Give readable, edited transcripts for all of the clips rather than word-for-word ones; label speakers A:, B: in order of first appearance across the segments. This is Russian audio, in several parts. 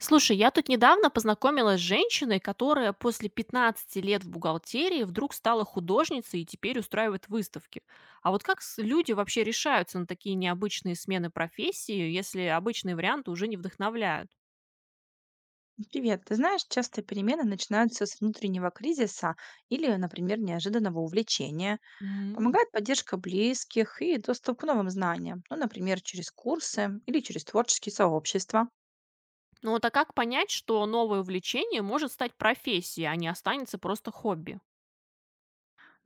A: Слушай, я тут недавно познакомилась с женщиной, которая после пятнадцати лет в бухгалтерии вдруг стала художницей и теперь устраивает выставки. А вот как люди вообще решаются на такие необычные смены профессии, если обычные варианты уже не вдохновляют?
B: Привет. Ты знаешь, часто перемены начинаются с внутреннего кризиса или, например, неожиданного увлечения.
A: М.
B: Помогает поддержка близких и доступ к новым знаниям, ну, например, через курсы или через творческие сообщества.
A: Ну вот, а как понять, что новое увлечение может стать профессией, а не останется просто хобби?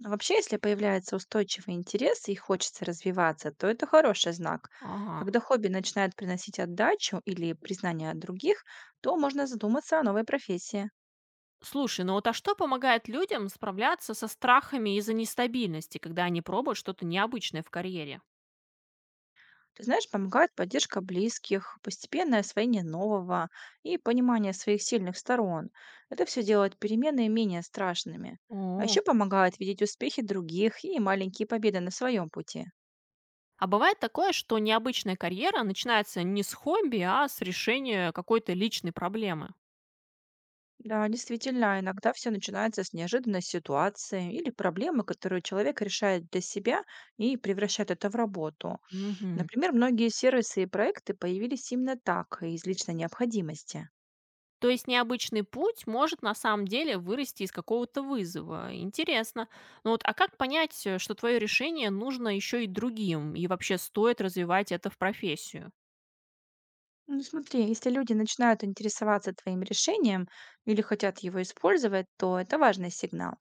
B: А вообще, если появляется устойчивый интерес и хочется развиваться, то это хороший знак.
A: Ага.
B: Когда хобби начинает приносить отдачу или признание от других, то можно задуматься о новой профессии.
A: Слушай, ну вот а что помогает людям справляться со страхами из-за нестабильности, когда они пробуют что-то необычное в карьере?
B: Ты знаешь, помогает поддержка близких, постепенное освоение нового и понимание своих сильных сторон. Это все делает перемены менее страшными. А
A: О.
B: еще помогает видеть успехи других и маленькие победы на своем пути.
A: А бывает такое, что необычная карьера начинается не с хобби, а с решения какой-то личной проблемы.
B: Да, действительно, иногда все начинается с неожиданной ситуации или проблемы, которую человек решает для себя и превращает это в работу.
A: Мгм.
B: Например, многие сервисы и проекты появились именно так, из личной необходимости.
A: То есть необычный путь может на самом деле вырасти из какого-то вызова. Интересно. Ну вот, а как понять, что твое решение нужно еще и другим, и вообще стоит развивать это в профессию?
B: Ну, смотри, если люди начинают интересоваться твоим решением или хотят его использовать, то это важный сигнал.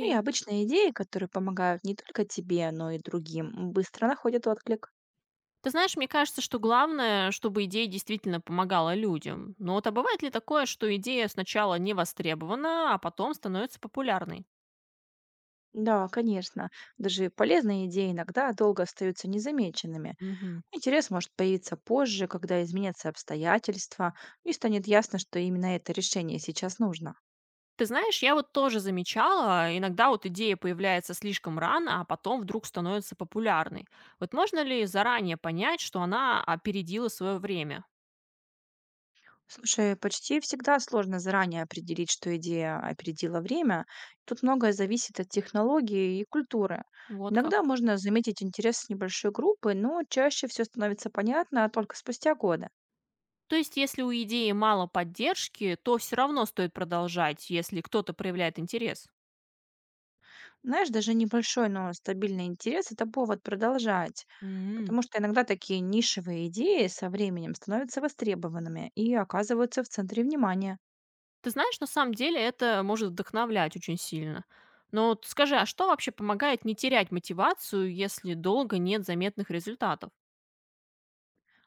B: Ну и обычные идеи, которые помогают не только тебе, но и другим, быстро находят отклик.
A: Ты знаешь, мне кажется, что главное, чтобы идея действительно помогала людям. Но вот а бывает ли такое, что идея сначала не востребована, а потом становится популярной?
B: Да, конечно. Даже полезные идеи иногда долго остаются незамеченными.
A: Мгм.
B: Интерес может появиться позже, когда изменятся обстоятельства, и станет ясно, что именно это решение сейчас нужно.
A: Ты знаешь, я вот тоже замечала, иногда вот идея появляется слишком рано, а потом вдруг становится популярной. Вот можно ли заранее понять, что она опередила свое время?
B: Слушай, почти всегда сложно заранее определить, что идея опередила время. Тут многое зависит от технологии и культуры.
A: Вот как.
B: Иногда можно заметить интерес с небольшой группы, но чаще все становится понятно только спустя годы.
A: То есть, если у идеи мало поддержки, то все равно стоит продолжать, если кто-то проявляет интерес.
B: Знаешь, даже небольшой, но стабильный интерес – это повод продолжать.
A: М.
B: Потому что иногда такие нишевые идеи со временем становятся востребованными и оказываются в центре внимания.
A: Ты знаешь, на самом деле это может вдохновлять очень сильно. Но вот скажи, а что вообще помогает не терять мотивацию, если долго нет заметных результатов?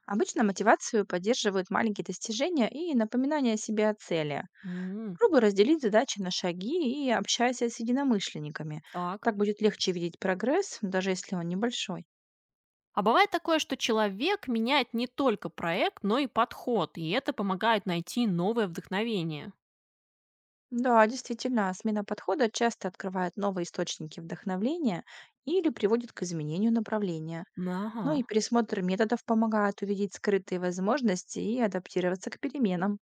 B: Обычно мотивацию поддерживают маленькие достижения и напоминание себе о цели.
A: М.
B: Попробуй разделить задачи на шаги и общайся с единомышленниками.
A: Так.
B: Так будет легче видеть прогресс, даже если он небольшой.
A: А бывает такое, что человек меняет не только проект, но и подход, и это помогает найти новое вдохновение.
B: Да, действительно, смена подхода часто открывает новые источники вдохновления или приводит к изменению направления.
A: Ага.
B: Ну и пересмотр методов помогает увидеть скрытые возможности и адаптироваться к переменам.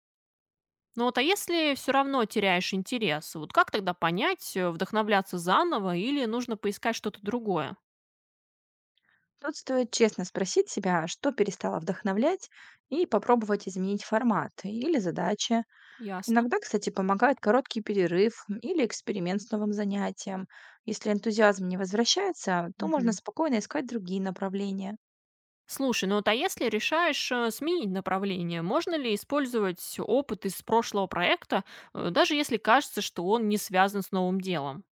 A: Ну вот, а если все равно теряешь интерес, вот как тогда понять, вдохновляться заново или нужно поискать что-то другое?
B: Тут стоит честно спросить себя, что перестало вдохновлять, и попробовать изменить формат или задачи.
A: Ясно.
B: Иногда, кстати, помогает короткий перерыв или эксперимент с новым занятием. Если энтузиазм не возвращается, то можно
A: Мгм.
B: спокойно искать другие направления.
A: Слушай, ну вот, а если решаешь сменить направление, можно ли использовать опыт из прошлого проекта, даже если кажется, что он не связан с новым делом?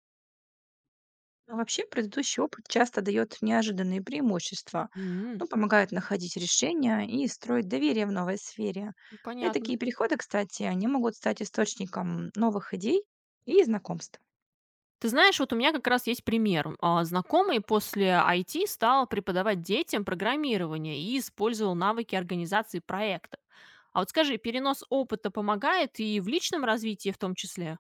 B: А вообще, предыдущий опыт часто дает неожиданные преимущества,
A: М.
B: но помогает находить решения и строить доверие в новой сфере. Ну и
A: Понятно.
B: такие переходы, кстати, они могут стать источником новых идей и знакомств.
A: Ты знаешь, вот у меня как раз есть пример. Знакомый после IT стал преподавать детям программирование и использовал навыки организации проектов. А вот скажи, перенос опыта помогает и в личном развитии в том числе?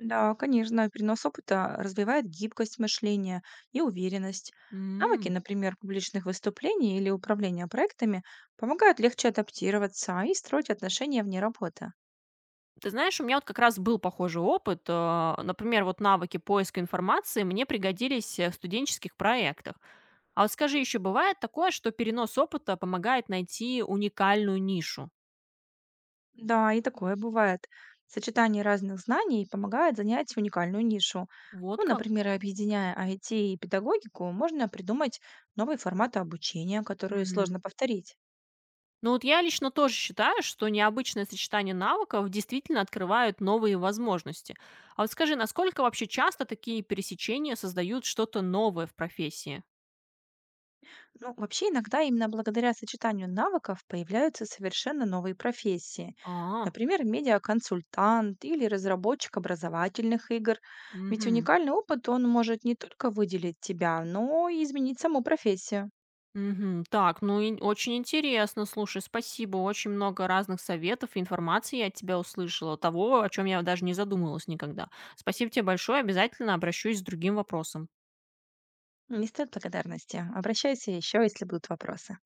B: Да, конечно, перенос опыта развивает гибкость мышления и уверенность. Навыки,
A: М.
B: например, публичных выступлений или управления проектами, помогают легче адаптироваться и строить отношения вне работы.
A: Ты знаешь, у меня вот как раз был похожий опыт. Например, вот навыки поиска информации мне пригодились в студенческих проектах. А вот скажи, еще бывает такое, что перенос опыта помогает найти уникальную нишу?
B: Да, и такое бывает. Сочетание разных знаний помогает занять уникальную нишу. Ну,
A: Вот как?
B: например, объединяя IT и педагогику, можно придумать новые форматы обучения, которые сложно повторить.
A: Ну вот я лично тоже считаю, что необычное сочетание навыков действительно открывают новые возможности. А вот скажи, насколько вообще часто такие пересечения создают что-то новое в профессии?
B: Ну, вообще иногда именно благодаря сочетанию навыков появляются совершенно новые профессии.
A: А,
B: Например, медиаконсультант или разработчик образовательных игр. Ведь
A: угу.
B: уникальный опыт, он может не только выделить тебя, но и изменить саму профессию.
A: Угу. Так, ну и очень интересно, слушай, спасибо. Очень много разных советов и информации я от тебя услышала, того, о чем я даже не задумывалась никогда. Спасибо тебе большое, обязательно обращусь с другим вопросом.
B: Не стоит благодарности. Обращайся еще, если будут вопросы.